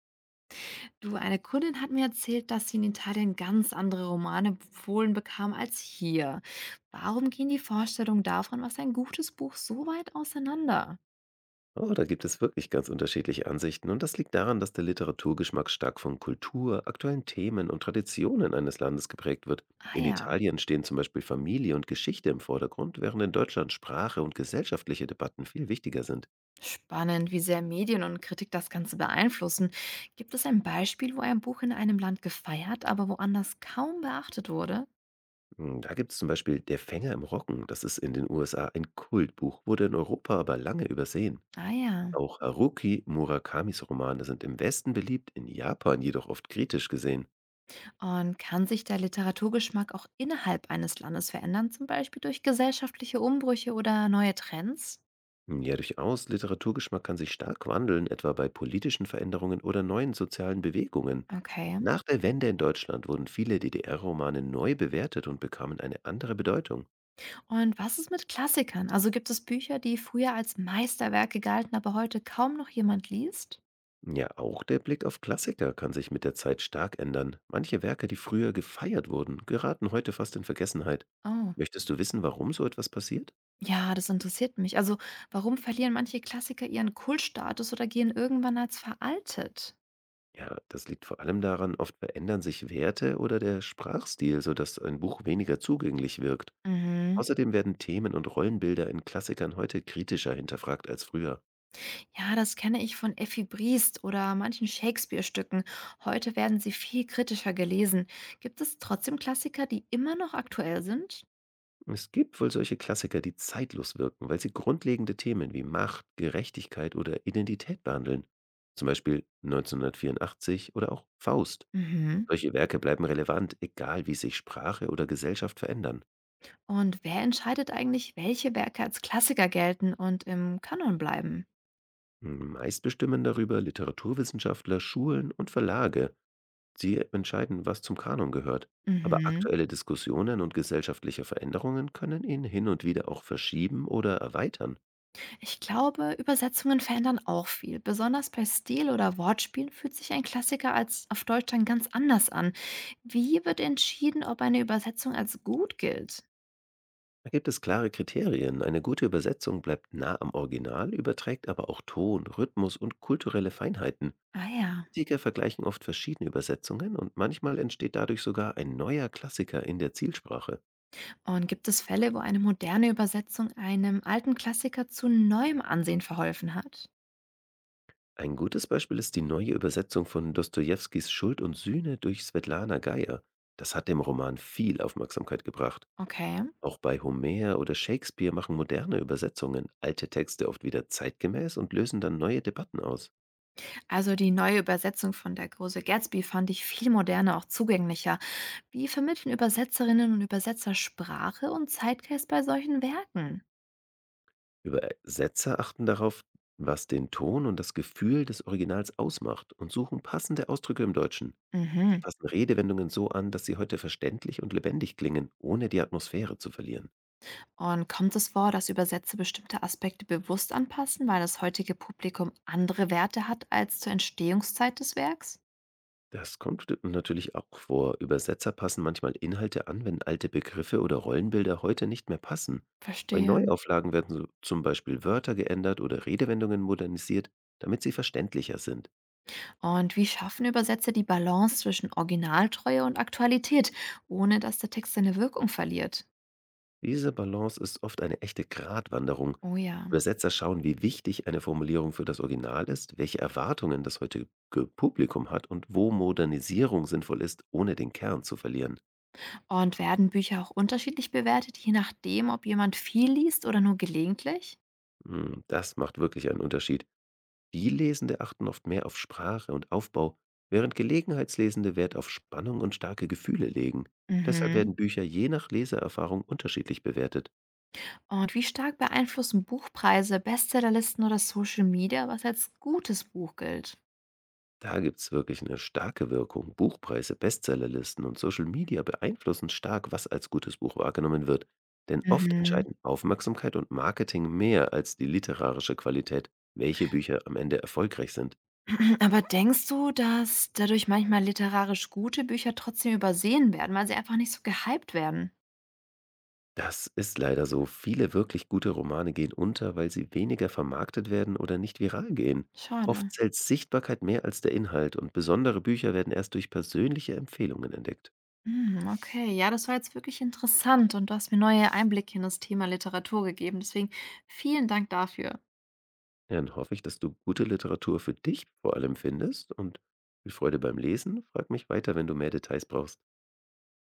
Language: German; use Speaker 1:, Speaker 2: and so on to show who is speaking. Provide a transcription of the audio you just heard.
Speaker 1: Du, eine Kundin hat mir erzählt, dass sie in Italien ganz andere Romane empfohlen bekam als hier. Warum gehen die Vorstellungen davon, was ein gutes Buch, so weit auseinander?
Speaker 2: Oh, da gibt es wirklich ganz unterschiedliche Ansichten und das liegt daran, dass der Literaturgeschmack stark von Kultur, aktuellen Themen und Traditionen eines Landes geprägt wird.
Speaker 1: Ah
Speaker 2: In
Speaker 1: ja,
Speaker 2: Italien stehen zum Beispiel Familie und Geschichte im Vordergrund, während in Deutschland Sprache und gesellschaftliche Debatten viel wichtiger sind.
Speaker 1: spannend, wie sehr Medien und Kritik das Ganze beeinflussen. Gibt es ein Beispiel, wo ein Buch in einem Land gefeiert, aber woanders kaum beachtet wurde?
Speaker 2: Da gibt es zum Beispiel Der Fänger im Roggen. Das ist in den USA ein Kultbuch, wurde in Europa aber lange übersehen.
Speaker 1: Ah ja.
Speaker 2: Auch Haruki Murakamis Romane sind im Westen beliebt, in Japan jedoch oft kritisch gesehen.
Speaker 1: Und kann sich der Literaturgeschmack auch innerhalb eines Landes verändern, zum Beispiel durch gesellschaftliche Umbrüche oder neue Trends?
Speaker 2: Ja, durchaus. Literaturgeschmack kann sich stark wandeln, etwa bei politischen Veränderungen oder neuen sozialen Bewegungen.
Speaker 1: Okay.
Speaker 2: Nach der Wende in Deutschland wurden viele DDR-Romane neu bewertet und bekamen eine andere Bedeutung.
Speaker 1: Und was ist mit Klassikern? Also gibt es Bücher, die früher als Meisterwerke galten, aber heute kaum noch jemand liest?
Speaker 2: Ja, auch der Blick auf Klassiker kann sich mit der Zeit stark ändern. Manche Werke, die früher gefeiert wurden, geraten heute fast in Vergessenheit.
Speaker 1: Oh,
Speaker 2: Möchtest du wissen, warum so etwas passiert?
Speaker 1: ja, das interessiert mich. Also warum verlieren manche Klassiker ihren Kultstatus oder gehen irgendwann als veraltet?
Speaker 2: Ja, das liegt vor allem daran, oft verändern sich Werte oder der Sprachstil, sodass ein Buch weniger zugänglich wirkt.
Speaker 1: Mhm.
Speaker 2: Außerdem werden Themen und Rollenbilder in Klassikern heute kritischer hinterfragt als früher.
Speaker 1: Ja, das kenne ich von Effi Briest oder manchen Shakespeare-Stücken. Heute werden sie viel kritischer gelesen. Gibt es trotzdem Klassiker, die immer noch aktuell sind?
Speaker 2: Es gibt wohl solche Klassiker, die zeitlos wirken, weil sie grundlegende Themen wie Macht, Gerechtigkeit oder Identität behandeln. Zum Beispiel 1984 oder auch Faust.
Speaker 1: Mhm.
Speaker 2: Solche Werke bleiben relevant, egal wie sich Sprache oder Gesellschaft verändern.
Speaker 1: Und wer entscheidet eigentlich, welche Werke als Klassiker gelten und im Kanon bleiben?
Speaker 2: Meist bestimmen darüber Literaturwissenschaftler, Schulen und Verlage, sie entscheiden, was zum Kanon gehört. Aber
Speaker 1: Mhm.
Speaker 2: aktuelle Diskussionen und gesellschaftliche Veränderungen können ihn hin und wieder auch verschieben oder erweitern.
Speaker 1: Ich glaube, Übersetzungen verändern auch viel. Besonders bei Stil- oder Wortspielen fühlt sich ein Klassiker als auf Deutsch dann ganz anders an. Wie wird entschieden, ob eine Übersetzung als gut gilt?
Speaker 2: Da gibt es klare Kriterien. Eine gute Übersetzung bleibt nah am Original, überträgt aber auch Ton, Rhythmus und kulturelle Feinheiten.
Speaker 1: Ah ja.
Speaker 2: Kritiker vergleichen oft verschiedene Übersetzungen und manchmal entsteht dadurch sogar ein neuer Klassiker in der Zielsprache.
Speaker 1: Und gibt es Fälle, wo eine moderne Übersetzung einem alten Klassiker zu neuem Ansehen verholfen hat?
Speaker 2: Ein gutes Beispiel ist die neue Übersetzung von Dostojewskis Schuld und Sühne durch Svetlana Geier. Das hat dem Roman viel Aufmerksamkeit gebracht.
Speaker 1: Okay.
Speaker 2: Auch bei Homer oder Shakespeare machen moderne Übersetzungen alte Texte oft wieder zeitgemäß und lösen dann neue Debatten aus.
Speaker 1: Also die neue Übersetzung von Der große Gatsby fand ich viel moderner, auch zugänglicher. Wie vermitteln Übersetzerinnen und Übersetzer Sprache und Zeitgeist bei solchen Werken?
Speaker 2: Übersetzer achten darauf, was den Ton und das Gefühl des Originals ausmacht und suchen passende Ausdrücke im Deutschen. Sie
Speaker 1: Mhm.
Speaker 2: passen Redewendungen so an, dass sie heute verständlich und lebendig klingen, ohne die Atmosphäre zu verlieren.
Speaker 1: Und kommt es vor, dass Übersetzer bestimmte Aspekte bewusst anpassen, weil das heutige Publikum andere Werte hat als zur Entstehungszeit des Werks?
Speaker 2: Das kommt natürlich auch vor. Übersetzer passen manchmal Inhalte an, wenn alte Begriffe oder Rollenbilder heute nicht mehr passen. Bei
Speaker 1: Verstehe.
Speaker 2: Neuauflagen werden so zum Beispiel Wörter geändert oder Redewendungen modernisiert, damit sie verständlicher sind.
Speaker 1: Und wie schaffen Übersetzer die Balance zwischen Originaltreue und Aktualität, ohne dass der Text seine Wirkung verliert?
Speaker 2: Diese Balance ist oft eine echte Gratwanderung.
Speaker 1: Oh ja.
Speaker 2: Übersetzer schauen, wie wichtig eine Formulierung für das Original ist, welche Erwartungen das heutige Publikum hat und wo Modernisierung sinnvoll ist, ohne den Kern zu verlieren.
Speaker 1: Und werden Bücher auch unterschiedlich bewertet, je nachdem, ob jemand viel liest oder nur gelegentlich?
Speaker 2: Das macht wirklich einen Unterschied. Spiellesende achten oft mehr auf Sprache und Aufbau, während Gelegenheitslesende Wert auf Spannung und starke Gefühle legen. Deshalb
Speaker 1: Mhm.
Speaker 2: werden Bücher je nach Leseerfahrung unterschiedlich bewertet.
Speaker 1: Und wie stark beeinflussen Buchpreise, Bestsellerlisten oder Social Media, was als gutes Buch gilt?
Speaker 2: Da gibt's wirklich eine starke Wirkung. Buchpreise, Bestsellerlisten und Social Media beeinflussen stark, was als gutes Buch wahrgenommen wird. Denn oft
Speaker 1: Mhm.
Speaker 2: entscheiden Aufmerksamkeit und Marketing mehr als die literarische Qualität, welche Bücher am Ende erfolgreich sind.
Speaker 1: Aber denkst du, dass dadurch manchmal literarisch gute Bücher trotzdem übersehen werden, weil sie einfach nicht so gehypt werden?
Speaker 2: Das ist leider so. Viele wirklich gute Romane gehen unter, weil sie weniger vermarktet werden oder nicht viral gehen.
Speaker 1: Schade.
Speaker 2: Oft zählt Sichtbarkeit mehr als der Inhalt und besondere Bücher werden erst durch persönliche Empfehlungen entdeckt.
Speaker 1: Hm, okay, ja, das war jetzt wirklich interessant und du hast mir neue Einblicke in das Thema Literatur gegeben. Deswegen vielen Dank dafür.
Speaker 2: Ja, dann hoffe ich, dass du gute Literatur für dich vor allem findest und viel Freude beim Lesen. Frag mich weiter, wenn du mehr Details brauchst.